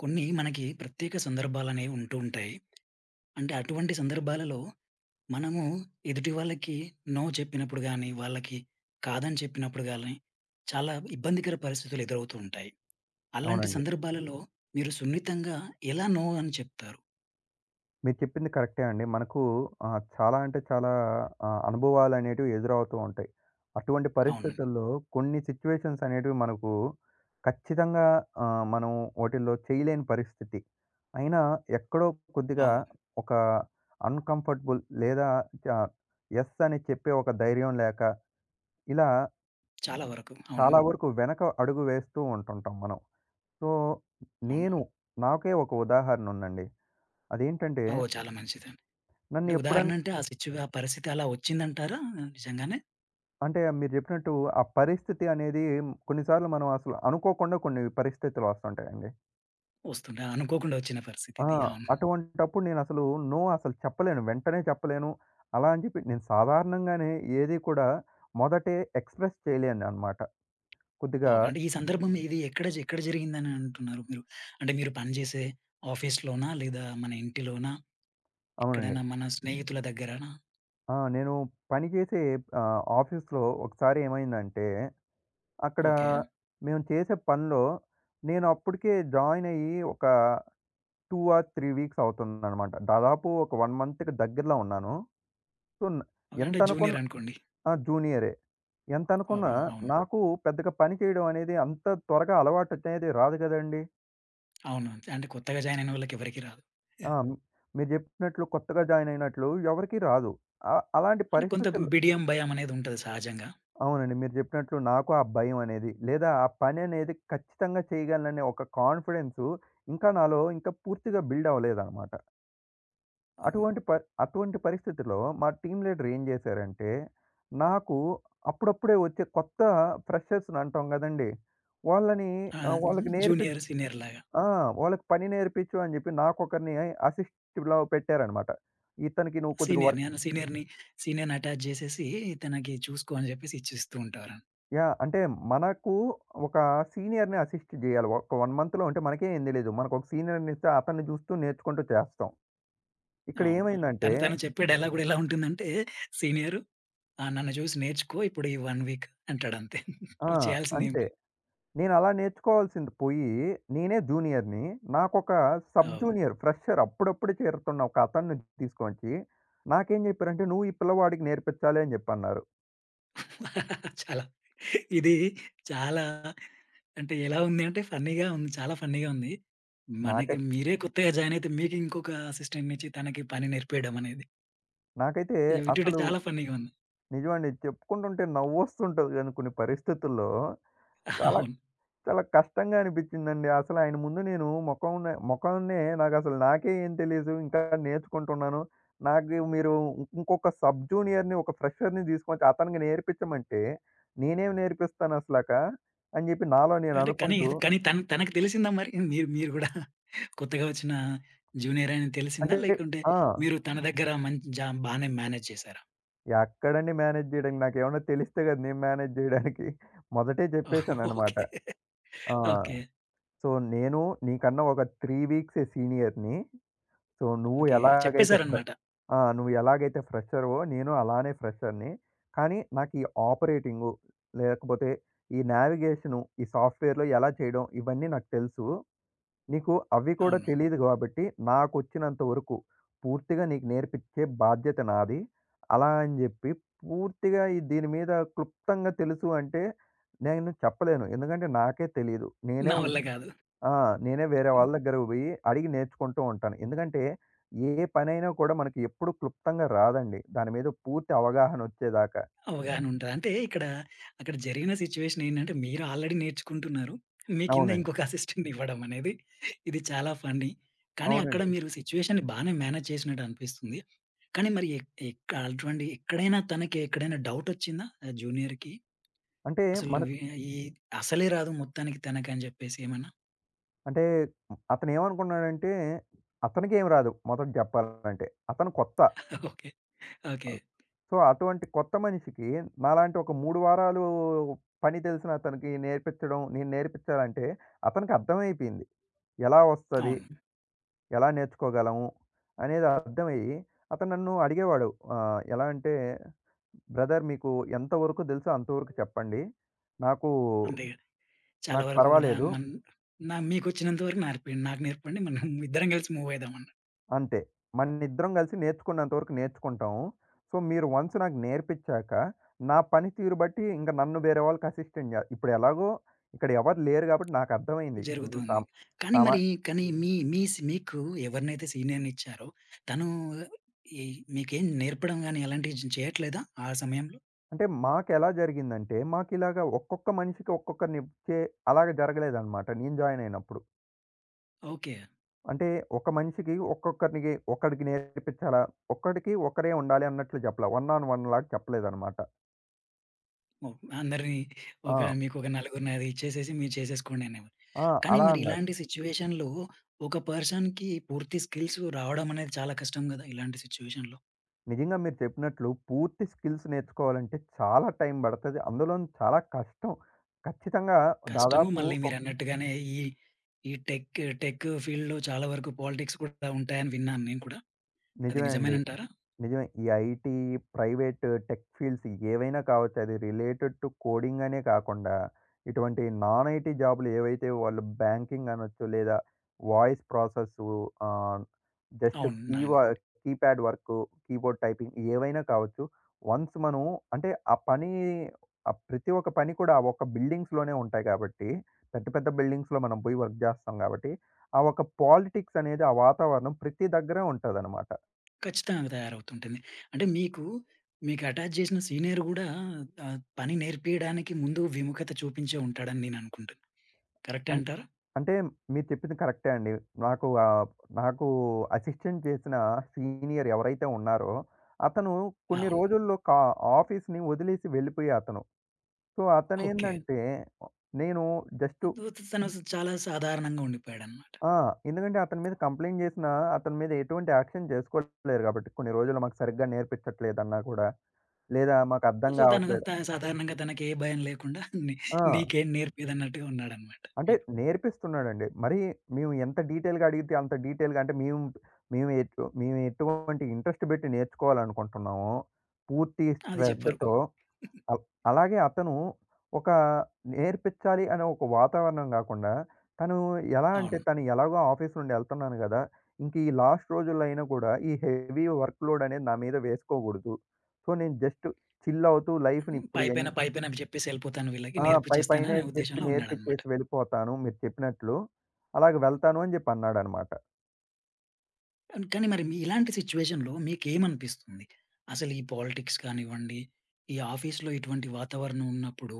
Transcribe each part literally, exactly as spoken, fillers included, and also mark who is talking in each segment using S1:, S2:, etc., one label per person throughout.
S1: కొన్ని మనకి ప్రత్యేక సందర్భాలనేవి ఉంటూ ఉంటాయి. అంటే అటువంటి సందర్భాలలో మనము ఎదుటి వాళ్ళకి నో చెప్పినప్పుడు గాని, వాళ్ళకి కాదని చెప్పినప్పుడు గాని, చాలా ఇబ్బందికర పరిస్థితులు ఎదురవుతూ ఉంటాయి. అలాంటి
S2: అవునండి.
S1: సందర్భాలలో మీరు సున్నితంగా ఎలా నో అని చెప్తారు?
S2: మీరు చెప్పింది కరెక్టే అండి. మనకు ఆహ్, చాలా అంటే చాలా ఆహ్, అనుభవాలనేటివి ఎదురవుతూ ఉంటాయి. అటువంటి
S1: అవును.
S2: పరిస్థితుల్లో కొన్ని సిట్యుయేషన్స్ అనేటివి మనకు ఖచ్చితంగా, ఆహ్, మనం వాటిల్లో చేయలేని పరిస్థితి. అయినా ఎక్కడో కొద్దిగా
S1: అవు.
S2: ఒక అన్‌కంఫర్టబుల్, లేదా చ యెస్ అని చెప్పే ఒక ధైర్యం లేక ఇలా
S1: చాలా వరకు. అవును.
S2: చాలా వరకు వెనక అడుగు వేస్తూ ఉంటుంటాం మనం. సో,
S1: అవును.
S2: నేను నాకే ఒక ఉదాహరణ ఉందండి. అదేంటంటే
S1: అవు, చాలా మంచిదండి.
S2: నన్ను
S1: అంటే ఉదాహరణ
S2: ఎప్పుడన్
S1: అంటే ఆ సిచ్యు ఆ పరిస్థితి అలా వచ్చిందంటారా? నిజంగానే
S2: అంటే మీరు చెప్పినట్టు ఆ పరిస్థితి అనేది కొన్నిసార్లు మనం అసలు అనుకోకుండా కొన్ని పరిస్థితులు వస్తుంటాయండి.
S1: వస్తుందా? అనుకోకుండా వచ్చిన పరిస్థితి
S2: ఆ!
S1: ఇది. అవును.
S2: అటువంటప్పుడు నేనసలు నో అసలు చెప్పలేను. వెంటనే చెప్పలేను. అలా అని చెప్పి నేను సాధారణంగానే ఏది కూడా మొదటే ఎక్స్‌ప్రెస్ చేయలేననమాట. కొద్దిగా
S1: ఓకే. అంటే ఈ సందర్భం ఇది ఎక్కడ జ ఎక్కడ జరిగిందని అంటున్నారు మీరు? అంటే మీరు పనిచేసే ఆఫీస్‌లోనా? లేదా మన ఇంటిలోనా?
S2: అవునండి.
S1: ఎక్కడైనా మన స్నేహితుల దగ్గరనా?
S2: ఆ! నేను పనిచేసే ఆహ్, ఆఫీస్‌లో ఒకసారి ఏమైందంటే, అక్కడ
S1: ఓకే.
S2: మేము చేసే పనిలో నేను అప్పటికే జాయిన్ అయ్యి ఒక రెండు ఆర్ మూడు వీక్స్ అవుతుందనమాట. దాదాపు ఒక 1 మంత్‌కి దగ్గరలో ఉన్నాను. సో, న్
S1: ఓకే.
S2: ఎంత
S1: అంటే
S2: అనుకున్న
S1: జూనియర్ అనుకోండి.
S2: ఆ! జూనియరే. ఎంత అనుకున్నా
S1: ఓకే.
S2: ఓకే.
S1: అవును.
S2: నాకు పెద్దగా పని చేయడం అనేది అంత త్వరగా అలవాటు అనేది రాదు గదండీ!
S1: అవును. అంటే కొత్తగా జాయిన్ అయిన వాళ్ళకి ఎవరికీ రాదు.
S2: ఆ! మ్- మీరు జెప్పినట్లు కొత్తగా జాయిన్ అయినట్లు ఎవరికీ రాదు. అ అలాంటి
S1: అంటే కొంత
S2: పరిస్థితులు
S1: బిడియం, భయం అనేది ఉంటది సహజంగా.
S2: అవునండి. మీరు జెప్పినట్లు నాకు ఆ భయం అనేది, లేదా ఆ పని అనేది ఖచ్చితంగా చేయగలననే ఒక కాన్ఫిడెన్సు ఇంకా నాలో ఇంకా పూర్తిగా బిల్డ్ అవ్వలేదనమాట.
S1: ఓహో!
S2: అటువంటి ప అటువంటి పరిస్థితిలో మా టీమ్ లీడర్ ఏం చేశారంటే, నాకు అప్పుడప్పుడే వచ్చే కొత్త ఫ్రెషర్స్‌ని అంటాం గదండీ! వాళ్ళని
S1: ఆ!
S2: ఆహ్, వాళ్ళకి నేర్పిచ్
S1: జూనియర్, సీనియర్ లాగా.
S2: ఆ! వాళ్ళకి పని నేర్పించు అని జెప్పి నాకొకరిని అసిస్ట్‌లా పెట్టారనమాట. ఇతనికి నువ్వు కొద్దిగా
S1: సీనియర్‌ని
S2: వర్క్
S1: అన్న సీనియర్‌ని సీనియర్‌ని అటాచ్ చేసేసి తనకి చూసుకో అని చెప్పేసి ఇచ్చేస్తూ ఉంటారు.
S2: యాహ్! అంటే మనకు ఒక సీనియర్‌ని అసిస్ట్ జేయాలి. ఒక 1 మంత్‌లో ఉంటే మనకే ఏం తెలీదు. మనకొక సీనియర్‌నిస్తే అతన్ని జూస్తూ నేర్చుకుంటూ చేస్తాం. ఇక్కడ
S1: అవును.
S2: ఏమైందంటే
S1: తను తను చెప్పే డైలాగ్ కూడా ఎలా ఉంటుందంటే, సీనియరు, ఆ! నన్ను చూసి నేర్చుకో ఇప్పుడు ఈ ఒక వీక్ అంటాడంతే.
S2: ఆ!
S1: నువ్వు చేయాల్సిందేం
S2: అంతే.
S1: లేదు.
S2: నేను అలా నేర్చుకోవాల్సింది పోయి, నేనే జూనియర్‌ని. నాకొక సబ్
S1: అవ్.
S2: జూనియర్ ఫ్రెషర్ అప్పుడప్పుడే చేరుతున్న ఒక అతన్ని తీసుకొచ్చి, నాకేం జెప్పారంటే, "నువ్వు ఈ పిల్లవాడికి నేర్పించాలి" అని జెప్పన్నారు.
S1: చాలా, ఇది చాలా, అంటే ఎలా ఉంది అంటే ఫన్నీగా ఉంది. చాలా ఫన్నీగా ఉంది. మనకి
S2: నాకై
S1: మీరే కొత్తగా జాయిన్ అయితే మీకు ఇంకొక అసిస్టెంట్‌నిచ్చి తనకి పని నేర్పియడం అనేది.
S2: నాకైతే
S1: ఇది వింటుంటే
S2: అసలు
S1: చాలా ఫన్నీగా ఉంది.
S2: నిజమండి. చెప్పుకుంటుంటే నవ్వొస్తుంటది గానీ కొన్ని పరిస్థితుల్లో చాలా
S1: అవును.
S2: చాలా కష్టంగా అనిపించిందండి. అసలు ఆయన ముందు నేను మొఖంన మొఖాన్నే నాకసలు నాకే ఏం తెలీదు. ఇంకా నేర్చుకుంటున్నాను. నాకు మీరు ఇంకొక సబ్ జూనియర్‌ని, ఒక ఫ్రెషర్‌ని తీసుకొచ్చి అతనికి నేర్పించమంటే, నేనేం నేర్పిస్తాను అసలక అని చెప్పి నాలో నేను
S1: అంటే కానీ,
S2: అనుకుంటూ
S1: కానీ తన తనకు తెలిసిందా మరి? మీరు మీరు గూడా కొత్తగా వచ్చిన జూనియర్ అని తెలిసిందా?
S2: అంటే
S1: లేకుంటే
S2: ఆ!
S1: మీరు తన దగ్గర మంచి జా బానే మేనేజ్ చేసారా?
S2: ఎక్కడండి మేనేజ్ చేయడానికి. నాకేమన్నా తెలిస్తే కదా! నేను మేనేజ్ చేయడానికి. మొదటే చెప్పేసాననమాట.
S1: ఓకే.
S2: ఆ!
S1: ఓకే.
S2: సో, నేను నీకన్నా ఒక మూడు వీక్సే సీనియర్‌ని. సో, నువ్వు
S1: ఓకే.
S2: ఎలాగైతే ఫ్రె
S1: చెప్పేసారనమాట.
S2: ఆ! నువ్వు ఎలాగైతే ఫ్రెషర్‌వో నేను అలానే ఫ్రెషర్‌ని. కానీ నాకు ఈ ఆపరేటింగు, లేకపోతే ఈ నావిగేషను, ఈ సాఫ్ట్‌వేర్‌లో ఎలా చేయడం ఇవన్నీ నాకు తెలుసు. నీకు అవి కూడా
S1: అవును.
S2: తెలీదు గాబట్టి నాకొచ్చినంత వరకు పూర్తిగా నీకు నేర్పిచ్చే బాధ్యత నాది. అలా అని జెప్పి పూర్తిగా ఈ దీని మీద క్లుప్తంగా తెలుసు అంటే నేను చెప్పలేను. ఎందుకంటే నాకే తెలీదు. నేనే
S1: నా వల్ల గాదు.
S2: ఆ! నేనే వేరే
S1: హ్మ్.
S2: వాళ్ళ దగ్గరకు బోయి అడిగి నేర్చుకుంటూ ఉంటాను. ఎందుకంటే, ఏ పనైనా కూడా మనకి ఎప్పుడు క్లుప్తంగా రాదండి. దాని మీద పూర్తి అవగాహనొచ్చేదాకా.
S1: అవగాహనుంటది. అంటే ఇక్కడ అక్కడ జరిగిన సిట్యుయేషన్ ఏంటంటే మీరు ఆల్రెడీ నేర్చుకుంటున్నారు. మీ కింద
S2: అవునండి.
S1: ఇంకొక అసిస్టెంట్‌ని ఇవ్వడం అనేది, ఇది చాలా ఫన్నీ. కానీ అక్కడ
S2: అవునండి.
S1: మీరు సిట్యుయేషన్‌ని బానే మేనేజ్ చేసినట్టు అనిపిస్తుంది. కానీ మరి ఎక్ ఎక్క అటువంటి ఎక్కడైనా తనకి ఎక్కడైనా డౌటొచ్చిందా? ఆ జూనియర్‌కి
S2: అంటే
S1: అసలు
S2: మనకు
S1: వి ఈ అసలే రాదు మొత్తానికి తనకని జెప్పేసి ఏమన్నా?
S2: అంటే అతనేమనుకున్నాడంటే, అతనికేం రాదు మొదట జెప్పాలంటే. అతను కొత్త.
S1: ఓకే. ఓకే.
S2: సో, అటువంటి కొత్త మనిషికి నాలాంటి ఒక మూడు వారాలు పని తెలిసిన అతనికి నేర్పించడం, నేను నేర్పించాలంటే అతనికి అర్థమైపోయింది. ఎలా వస్తది?
S1: అవును.
S2: ఎలా నేర్చుకోగలము అనేది అర్థమయ్యి అతను నన్ను అడిగేవాడు. ఆహ్, ఎలా అంటే, "బ్రదర్ మీకు ఎంతవరకు తెలుసో అంతవరకు చెప్పండి. నాకు
S1: అంతే. చాలా
S2: నాకు
S1: వరకు గూడా
S2: పర్వాలేదు.
S1: మన్ నా మీకొచ్చినంత వరకు నేర్పియండి. నాకు నేర్పండి. మనం ఇద్దరం కలిసి మూవయిదాం అన్న
S2: అంతే. మనిద్దరం కలిసి నేర్చుకున్నంత వరకు నేర్చుకుంటాము. సో, మీరు వన్స్ నాకు నేర్పించాక, నా పనితీరు బట్టి ఇంక నన్ను వేరే వాళ్ళకి అసిస్టెంట్ జే" ఇప్పుడు ఎలాగో ఇక్కడ ఎవరు లేరు కాబట్టి నాకర్థమైంది. ఇప్పుడు
S1: జరుగుతుంది.
S2: సం
S1: కానీ
S2: సమా
S1: మరి, కానీ మీ మీ సి మీకు ఎవరినైతే సీనియర్‌నిచ్చారో తను ఈ మీకేం నేర్పడం గాని అలాంటివి జ చేయట్లేదా ఆ సమయంలో?
S2: అంటే మాకెలా జరిగిందంటే, మాకిలాగా ఒక్కొక్క మనిషికి ఒక్కొక్కరినిచ్చే అలాగ జరగలేదనమాట నేను జాయిన్ అయినప్పుడు.
S1: ఓకే.
S2: అంటే ఒక మనిషికి ఒక్కొక్కరికి ఒక్కడికి నేర్పించాలా? ఒక్కడికి ఒక్కరే ఉండాలి అన్నట్లు చెప్పలా. వన్ ఆన్ వన్ లాగా చెప్పలేదనమాట.
S1: ఓహ్! అందరిని ఒక
S2: ఆ!
S1: మీకొక నలుగురిని అది ఇచ్చేసేసి మీరు చేసేసుకోండి అనేవారు.
S2: ఆ!
S1: కానీ
S2: అలా
S1: మరి
S2: అన్నారు.
S1: ఇలాంటి సిట్యుయేషన్‌లో ఒక పర్సన్‌కి పూర్తి స్కిల్స్ రావడం అనేది చాలా కష్టం గదా! ఇలాంటి సిట్యుయేషన్‌లో.
S2: నిజంగా మీరు చెప్పినట్లు పూర్తి స్కిల్స్ నేర్చుకోవాలంటే చాలా టైం పడతది. అందులోను చాలా కష్టం. ఖచ్చితంగా
S1: కష్టము.
S2: దాదాపు
S1: మళ్ళీ
S2: ఒక్
S1: మీరన్నట్టుగానే ఈ, ఈ టెక్, టెక్ ఫీల్డ్‌లో చాలా వరకు పాలిటిక్స్ కూడా ఉంటాయని విన్నాను నేను కూడా. అది
S2: నిజమే అండి.
S1: నిజమేనంటారా?
S2: నిజమే. ఈ ఐటీ, ప్రైవేట్ టెక్ ఫీల్డ్స్ ఏవైనా కావచ్చు. అది రిలేటెడ్ టు కోడింగ్ అనే కాకుండా, ఇటువంటి నాన్ ఐటీ జాబ్‌లు ఏవైతే వాళ్ళు బ్యాంకింగ్ అనొచ్చు, లేదా వాయిస్ ప్రాసెసు, ఆహ్, జస్ట్
S1: అవును. నాయను
S2: కీవా కీప్యాడ్ వర్కు, కీబోర్డ్ టైపింగ్ ఏవైనా కావచ్చు. వన్స్ మనం అంటే ఆ పని, ఆహ్, ప్రతి ఒక్క పని కూడా ఆ ఒక్క బిల్డింగ్స్‌లోనే ఉంటాయి కాబట్టి, పెద్ద పెద్ద బిల్డింగ్స్‌లో మనం పోయి వర్క్ జేస్తాం కాబట్టి, ఆ ఒక పాలిటిక్స్ అనేది, ఆ వాతావరణం ప్రతి దగ్గర ఉంటదనమాట.
S1: ఖచ్చితంగా తయారవుతుంటుంది. అంటే మీకు, మీకు అటాచ్ చేసిన సీనియర్ గూడా ఆహ్, పని నేర్పియడానికి ముందు విముఖత చూపించే ఉంటాడని నేను అనుకుంటున్నా. కరెక్టే
S2: అన్
S1: అంటారా?
S2: అంటే మీరు చెప్పింది కరెక్టే అండి. నాకు ఆహ్, నాకు అసిస్టెంట్ చేసిన సీనియర్ ఎవరైతే ఉన్నారో, అతను కొన్ని
S1: అవును.
S2: రోజుల్లో కా ఆఫీస్‌ని వదిలేసి వెళ్ళిపోయే అతను. So,
S1: okay.
S2: అతనేందంటే నేను జస్టు
S1: తను చాలా సాధారణంగా ఉండిపోయాడన్నమాట.
S2: ఆ! ఎందుకంటే అతని మీద కంప్లెయింట్ చేసినా, అతని మీద ఎటువంటి యాక్షన్ చేసుకోలేరు కాబట్టి, కొన్ని రోజులు మాకు సరిగ్గా నేర్పించట్లేదన్నా కూడా, లేదా మాకు అర్థం
S1: సో, తను
S2: కావట్లేదు.
S1: త సాధారణంగా తనకి ఏ భయం లేకుండా నీ
S2: ఆ!
S1: నీకేం నేర్పియదన్నట్టుగా ఉన్నాడన్నమాట
S2: అంటే
S1: మీకు.
S2: నేర్పిస్తున్నాడండి. మరి మేము ఎంత డీటెయిల్‌గా అడిగితే అంత డీటెయిల్‌గా అంటే మేము మేము ఎటు మేము ఎటువంటి ఇంట్రెస్ట్ పెట్టి నేర్చుకోవాలనుకుంటున్నామో, పూర్తి
S1: అది చెప్పరు.
S2: శ్రద్ధతో అల్ అలాగే అతను ఒక నేర్పించాలి అనే ఒక వాతావరణం గాకుండా, తను ఎలా అంటే
S1: అవును.
S2: తను ఎలాగో ఆఫీస్ నుండి ఎళ్తున్నాను గదా! ఇంక ఈ లాస్ట్ రోజుల్లో అయినా కూడా ఈ హెవీ వర్క్‌లోడ్ అనేది నా మీద వేసుకోకూడదు. సో, నేను జస్ట్ చిల్ అవుతూ లైఫ్‌ని
S1: హ్మ్.
S2: ఇప్పుడు ఎం
S1: పైపైన, పైపైన అవి చెప్పేసి ఎళ్ళిపోతాను, వీళ్ళకి
S2: ఆ! పై
S1: నేర్పిచ్చేస్తాను
S2: పైనే
S1: అనే
S2: చెప్పి
S1: ఉద్దేశంలో ఉన్నాడనమాట.
S2: నేర్పిచ్చేసి వెళ్ళిపోతాను మీరు చెప్పినట్లు. అలాగ వెళ్తాను అని చెప్పి అన్నాడనమాట.
S1: కానీ మరి మీ ఇలాంటి సిట్యుయేషన్‌లో మీకేమనిపిస్తుంది? అసలు ఈ పాలిటిక్స్ కానివ్వండి, ఈ ఆఫీస్‌లో ఇటువంటి వాతావరణం ఉన్నప్పుడు,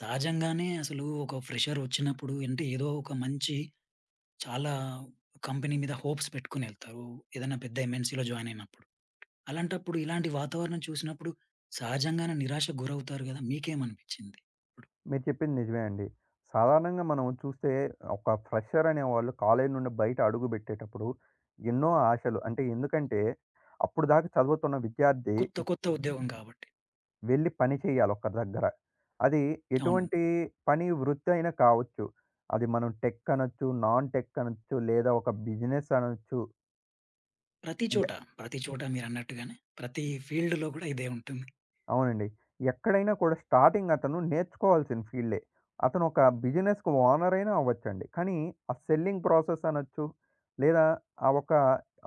S1: సహజంగానే అసలు ఒక ఫ్రెషర్ వచ్చినప్పుడు అంటే ఏదో ఒక మంచి చాలా కంపెనీ మీద హోప్స్ పెట్టుకొని ఎళ్తారు. ఏదైనా పెద్ద ఎంఎన్‌సీ‌లో జాయిన్ అయినప్పుడు. అలాంటప్పుడు ఇలాంటి వాతావరణం చూసినప్పుడు సహజంగానే నిరాశకు గురవుతారు గదా! మీకేమనిపిచ్చింది? ఇప్పుడు
S2: మీరు చెప్పింది నిజమే అండి. సాధారణంగా మనం చూస్తే ఒక ఫ్రెషర్ అనేవాళ్ళు కాలేజీ నుండి బయట అడుగుబెట్టేటప్పుడు ఎన్నో ఆశలు. అంటే ఎందుకంటే అప్పుడు దాకా చదువుతున్న విద్యార్థి
S1: కొత్త,
S2: ఇప్
S1: కొత్త ఉద్యోగం కాబట్టి.
S2: వెళ్లి పని చేయాలి ఒక దగ్గర. అది
S1: అవును.
S2: ఎటువంటి పని వృత్తి అయినా కావచ్చు. అది మనం టెక్ అనొచ్చు, నాన్ టెక్ అనొచ్చు లేదా ఒక బిజినెస్ అనొచ్చు.
S1: ప్రతి చోట, ప్రతి చోట మీరన్నట్టుగానే ప్రతి ఫీల్డ్‌లో గూడా ఇదే ఉంటుంది.
S2: అవునండి. ఎక్కడైనా కూడా స్టార్టింగ్ అతను నేర్చుకోవాల్సిన ఫీల్డే. అతను ఒక బిజినెస్‌కి ఓనర్ అయినా అవ్వచ్చండి. కానీ ఆ సెల్లింగ్ ప్రాసెస్ అనొచ్చు. లేదా ఆ ఒక,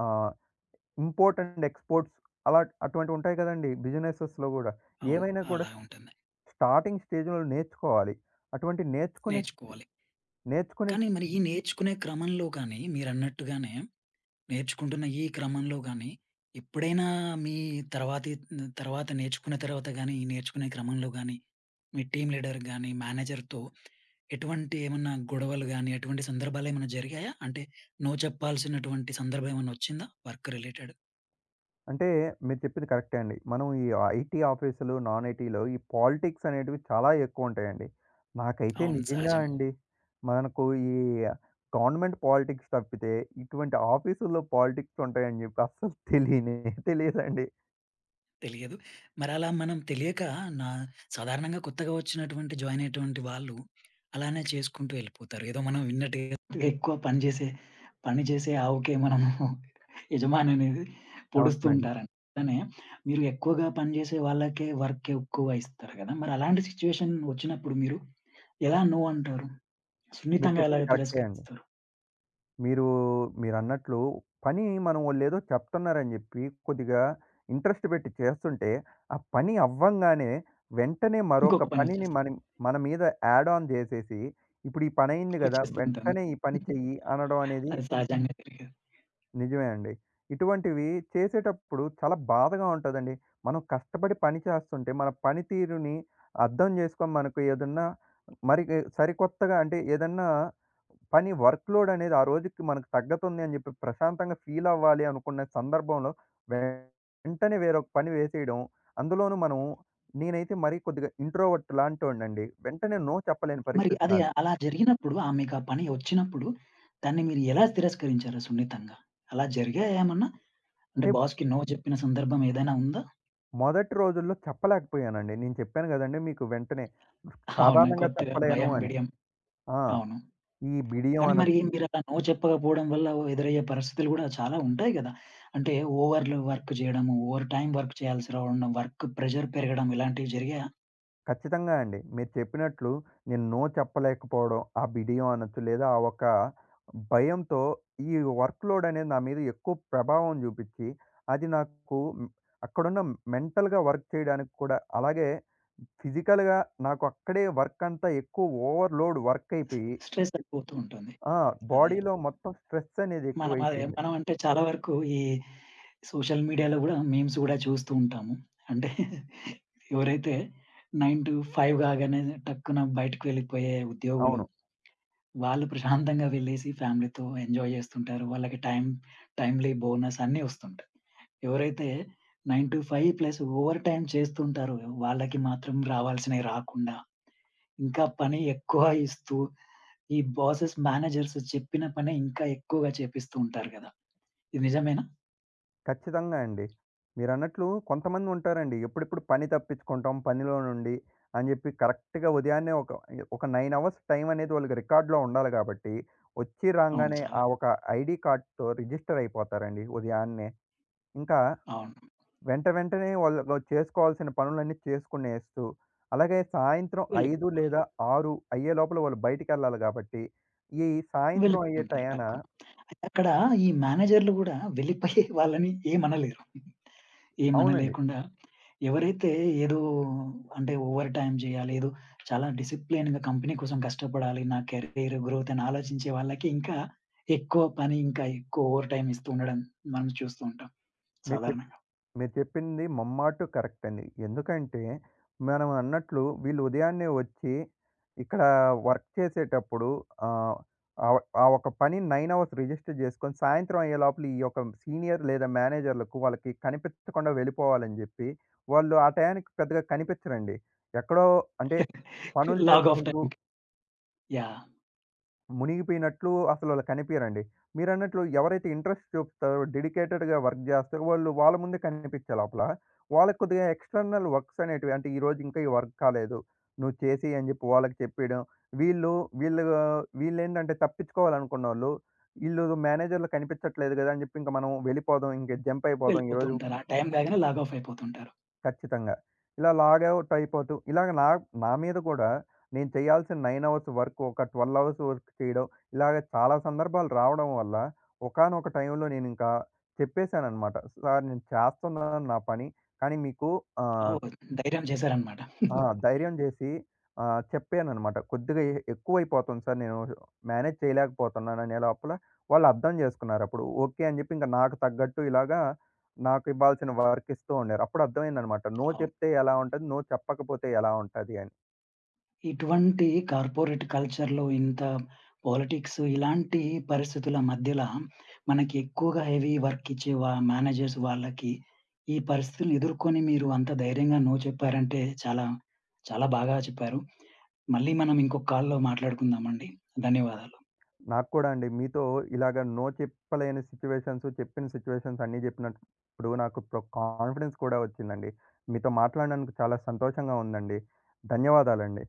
S2: ఆహ్, ఇంపోర్ట్ అండ్ ఎక్స్‌పోర్ట్స్, అలా అటువంటివి ఉంటాయి కదండీ! బిజినెసెస్‌లో గూడా.
S1: అవును.
S2: ఏవైనా కూడా
S1: అలా ఉంటుంది.
S2: స్టార్టింగ్ స్టేజ్‌లో నేర్చుకోవాలి. అటువంటి నేర్చుకునే
S1: నేర్చుకోవాలి.
S2: నేర్చుకునే
S1: కానీ మరి ఈ నేర్చుకునే క్రమంలో గాని మీరన్నట్టుగానే నేర్చుకుంటున్న ఈ క్రమంలో గాని ఎప్పుడైనా మీ తర్వాతి తర్వాత నేర్చుకున్న తర్వాత గాని, ఈ నేర్చుకునే క్రమంలో గాని మీ టీమ్ లీడర్ గాని, మేనేజర్‌తో ఎటువంటి ఏమన్నా గొడవలు గాని, అటువంటి సందర్భాలేమైనా జరిగాయా? అంటే నో చెప్పాల్సినటువంటి సందర్భం ఏమన్నా వచ్చిందా వర్క్ రిలేటెడ్?
S2: అంటే మీరు చెప్పింది కరెక్టే అండి. మనం ఈ ఐటీ ఆఫీసులు, నాన్ ఐటీలో ఈ పాలిటిక్స్ అనేటివి చాలా ఎక్కువుంటాయండి. నాకైతే
S1: అవును.
S2: నిజంగా
S1: సహజం.
S2: అండి, మనకు ఈ గవర్నమెంట్ పాలిటిక్స్ తప్పితే, ఇటువంటి ఆఫీసుల్లో పాలిటిక్స్ ఉంటాయని చెప్పి అస్సలు తెలియనే తెలియదండి.
S1: తెలియదు. మరలా మనం తెలియక నా సాధారణంగా కొత్తగా వచ్చినటువంటి జాయిన్ అయ్యేటువంటి వాళ్ళు అలానే చేసుకుంటూ వెళ్ళిపోతారు. ఏదో మనం విన్నట్టుగా ఎక్కువ పని చేసే పని చేసే ఆవుకే మనము యజమాని అనేది పొడుస్తూ
S2: అవునండి.
S1: ఉంటారండి. అట్లనే మీరు ఎక్కువగా పని చేసే వాళ్ళకే వర్క్ ఎక్కువ ఇస్తారు కదా! మరి అలాంటి సిట్యుయేషన్ వచ్చినప్పుడు మీరు ఎలా నో అంటారు?
S2: మీరు
S1: సున్నితంగా ఎలా
S2: చెప్పింది కరెక్టే అండి.
S1: తిరస్కరిస్తారు?
S2: మీరు మీరన్నట్లు పని మనం వాళ్ళేదో చెప్తున్నారని జెప్పి కొద్దిగా ఇంట్రెస్ట్ పెట్టి చేస్తుంటే, ఆ పని అవ్వంగానే వెంటనే మరొక
S1: ఇంకొక పని
S2: పనిని
S1: వచ్చేస్తుంది,
S2: మనం మన మీద యాడ్ ఆన్ జేసేసి, ఇప్పుడు ఈ పనయింది గదా!
S1: వచ్చేస్తూ ఉంటుంది.
S2: వెంటనే ఈ పని చెయ్యి అనడం అనేది
S1: అది సహజంగా జరిగేది.
S2: నిజమే అండి. ఇటువంటివి చేసేటప్పుడు చాలా బాధగా ఉంటదండి. మనం కష్టపడి పని చేస్తుంటే, మన పనితీరుని అర్థం చేసుకొని మనకు ఏదన్నా మరి సరికొత్తగా అంటే ఏదన్నా పని వర్క్‌లోడ్ అనేది ఆ రోజుకి మనకు తగ్గుతుంది అని చెప్పి ప్రశాంతంగా ఫీల్ అవ్వాలి అనుకున్న సందర్భంలో వెంటనే వేరొక పని వేసేయడం. అందులోనూ మనం నేనైతే మరీ కొద్దిగా ఇంట్రోవర్ట్ లాంటోడినండి. వెంటనే నో చెప్పలేని
S1: మరి
S2: పరిస్థితి
S1: అదే
S2: నాది.
S1: అలా జరిగినప్పుడు, ఆహ్, మీకా పని ఒచ్చినప్పుడు దాన్ని మీరు ఎలా తిరస్కరించారు సున్నితంగా? అలా జరిగాయేమన్నా? అంటే
S2: అంటే
S1: బాస్‌కి నో జెప్పిన సందర్భం ఏదైనా ఉందా?
S2: మొదటి రోజుల్లో చెప్పలేకపోయానండి. నేను చెప్పాను కదండీ మీకు వెంటనే.
S1: అవునా!
S2: సాధారణంగా
S1: కొత్తగా
S2: చెప్పలేను
S1: భయం,
S2: అని.
S1: బిడియం.
S2: ఆ!
S1: అవును.
S2: ఈ బిడియం
S1: కానీ మరి
S2: అనొచ్చు.
S1: మీరలా నో చెప్పకపోవడం వల్ల ఎదురయ్యే పరిస్థితులు గూడా చాలా ఉంటాయి గదా! అంటే ఓవర్‌లు వర్క్ జేయడము, ఓవర్ టైమ్ వర్క్ చేయాల్సి రావడం, వర్క్ ప్రెషర్ పెరగడం ఇలాంటివి జరిగాయా?
S2: ఖచ్చితంగా అండి. మీరు చెప్పినట్లు నేను నో చెప్పలేకపోవడం, ఆ బిడియం అనొచ్చు, లేదా ఆ ఒక భయంతో ఈ వర్క్ లోడ్ అనేది నా మీద ఎక్కువ ప్రభావం చూపిచ్చి, అది నాకు హ్మ్, అక్కడున్న మెంటల్‌గా వర్క్ చేయడానికి కూడా, అలాగే ఫిజికల్‌గా నాకు అక్కడే వర్క్ అంతా ఎక్కువ ఓవర్‌లోడ్ వర్క్
S1: స్
S2: అయిపోయి,
S1: స్ట్రెస్ అయిపోతూ ఉంటుంది.
S2: ఆ!
S1: అదే.
S2: బాడీలో మొత్తం స్ట్రెస్ అనేది
S1: మనం అదే
S2: ఎక్కువైపోయింది.
S1: మనం అంటే చాలా వరకు ఈ సోషల్ మీడియాలో గూడా మీమ్స్ గూడా చూస్తూ ఉంటాము. అంటే ఎవరైతే తొమ్మిది ఐదు కాగానే టక్కున బయటకి వెళ్ళిపోయే ఉద్యోగులు,
S2: అవును.
S1: వాళ్ళు ప్రశాంతంగా వెళ్ళేసి ఫ్యామిలీతో ఎంజాయ్ జేస్తుంటారు. వాళ్ళకి టైమ్ టైమ్‌లీ బోనస్ అన్నీ వస్తుంటాయి. ఎవరైతే తొమ్మిది ఐదు ప్లస్ ఓవర్ టైమ్ చేస్తుంటారో, వాళ్ళకి మాత్రం రావాల్సినవి రాకుండా, ఇంకా పని ఎక్కువ ఇస్తూ, ఈ బాసెస్ మేనేజర్స్ చెప్పిన పని ఇంకా ఎక్కువగా చేపిస్తూ ఉంటారు గదా! ఇది నిజమేనా?
S2: ఖచ్చితంగా అండి. మీరన్నట్లు కొంతమంది ఉంటారండి. ఎప్పుడెప్పుడు పని తప్పించుకుంటాం పనిలో నుండి అని చెప్పి కరెక్ట్‌గా ఉదయాన్నే ఒక ఒక తొమ్మిది అవర్స్ టైం అనేది వాళ్ళకి రికార్డ్‌లో ఉండాలి కాబట్టి, వచ్చి
S1: అవును.
S2: రాంగానే
S1: చాలా.
S2: ఆ ఒక ఐడీ కార్డ్‌తో రిజిస్టర్ అయిపోతారండి ఉదయాన్నే. ఇంకా
S1: అవును.
S2: వెంట వెంటనే వాళ్ళు చేసుకోవాల్సిన పనులన్నీ చేసుకునేస్తూ, అలాగే సాయంత్రం
S1: వెళ్ళి
S2: ఐదు లేదా ఆరు అయ్యే లోపల వాళ్ళు బయటికెళ్ళాలి కాబట్టి, ఈ సాయంత్రం అయ్యే
S1: వెళ్ళిపోతుంటారు
S2: టయాన
S1: టక్కున. అయితే అక్కడ ఈ మేనేజర్‌లు గూడా వెళ్ళిపోయి వాళ్ళని ఏమనలేరు.
S2: అవునండి.
S1: ఏమనలేకుండా ఎవరైతే ఏదో అంటే ఓవర్ టైమ్ జేయాలి, ఏదో చాలా డిసిప్లిన్‌గా కంపెనీ కోసం కష్టపడాలి, నా కెరీర్ గ్రోత్ అని ఆలోచించే వాళ్ళకి ఇంకా ఎక్కువ పని, ఇంకా ఎక్కువ ఓవర్ టైమ్ ఇస్తూ ఉండడం మనం చూస్తూ ఉంటాం
S2: మీరు చెప్
S1: సాధారణంగా.
S2: మీరు చెప్పింది ముమ్మాటు కరెక్ట్ అండి. ఎందుకంటే, మనం అన్నట్లు వీళ్ళు ఉదయాన్నే వచ్చి, ఇక్కడ వర్క్ చేసేటప్పుడు ఆహ్, ఆహ్, ఆ ఒక పని తొమ్మిది అవర్స్ రిజిస్టర్ చేసుకొని, సాయంత్రం అయ్యే లోపల ఈ యొక్క సీనియర్ లేదా మేనేజర్లకు వాళ్ళకి కనిపించకుండా వెళ్ళిపోవాలని జెప్పి, వాళ్ళు ఆ టయానికి పెద్దగా కనిపించరండి. ఎక్కడో అంటే పనులు
S1: లాగ్ ఆఫ్
S2: చేసుకుంటూ
S1: టైమ్. యాహ్!
S2: మునిగిపోయినట్లు అసలాళ్ళు కనిపియరండి. మీరన్నట్లు ఎవరైతే ఇంట్రెస్ట్ చూపిస్తారో, డెడికేటెడ్‌గా వర్క్ జేస్తారో వాళ్ళు వాళ్ళ ముందే కనిపిచ్చే లోపల, వాళ్ళకి కొద్దిగా ఎక్స్‌టర్నల్ వర్క్స్ అనేటివి అంటే ఈరోజు ఇంకా ఈ వర్క్ కాలేదు. నువ్వు చేసేయి అని జెప్పి వాళ్ళకి చెప్పేయడం. వీళ్ళు వీళ్ళు వీళ్ళేంటంటే తప్పించుకోవాలనుకున్నోళ్ళు, ఈళ్ళు మేనేజర్‌లు కనిపిచ్చట్లేదు గదా! అని జెప్పి ఇంక మనం వెళ్ళిపోదాం. ఇంక జంప్ అయిపోదాం
S1: వెళ్ళిపోతూ
S2: ఈరోజు
S1: ఉంటారు. ఆ టైమ్ కాగానే లాగ్ ఆఫ్ అయిపోతుంటారు.
S2: ఖచ్చితంగా. ఇలా లాగౌట్ అయిపోతూ ఇలాగ నా నా మీద కూడా నేను చేయాల్సిన తొమ్మిది అవర్స్ వర్క్ ఒక పన్నెండు అవర్స్ వర్క్ చేయడం, ఇలాగ చాలా సందర్భాలు రావడం వల్ల ఒకానొక టైంలో నేనింకా చెప్పేసాననమాట. సార్ నేను చేస్తున్నాను నా పని. కానీ మీకు ఆహ్,
S1: ఓహ్! ధైర్యం చేశారన్నమాట.
S2: ఆ! ధైర్యం జేసి ఆహ్, చెప్పాననమాట. కొద్దిగా ఎ ఎక్కువైపోతుంది సార్. నేను మేనేజ్ చేయలేకపోతున్నాననే లోపల వాళ్ళు అర్థం జేసుకున్నారప్పుడు. ఓకే. అని జెప్పి ఇంక నాకు తగ్గట్టు ఇలాగా నాకు ఇవ్వాల్సిన వర్క్ ఇస్తూ ఉండారు. అప్పుడు అర్థమైందనమాట. నో
S1: అవును.
S2: చెప్తే ఎలా ఉంటది? నో చెప్పకపోతే ఎలా ఉంటది అని.
S1: ఇటువంటి కార్పొరేట్ కల్చర్‌లో ఇంత పాలిటిక్స్ ఇలాంటి పరిస్థితుల మధ్యల మనకి ఎక్కువగా హెవీ వర్క్ ఇచ్చే వా మేనేజర్స్ వాళ్ళకి ఈ పరిస్థితులను ఎదుర్కొని మీరు అంత ధైర్యంగా నో చెప్పారంటే చాలా, చాలా బాగా చెప్పారు. మళ్ళీ మనం ఇంకొక కాల్‌లో మాట్లాడుకుందామండి. ధన్యవాదాలు.
S2: నాకు కూడా అండి మీతో ఇలాగ నో చెప్పలేని సిట్యుయేషన్స్, చెప్పిన సిట్యుయేషన్స్ అన్నీ జెప్పినప్పుడు నాకు ఇప్పుడు కాన్ఫిడెన్స్ కూడా వచ్చిందండి. మీతో మాట్లాడినందుకు చాలా సంతోషంగా ఉందండి. ధన్యవాదాలండి.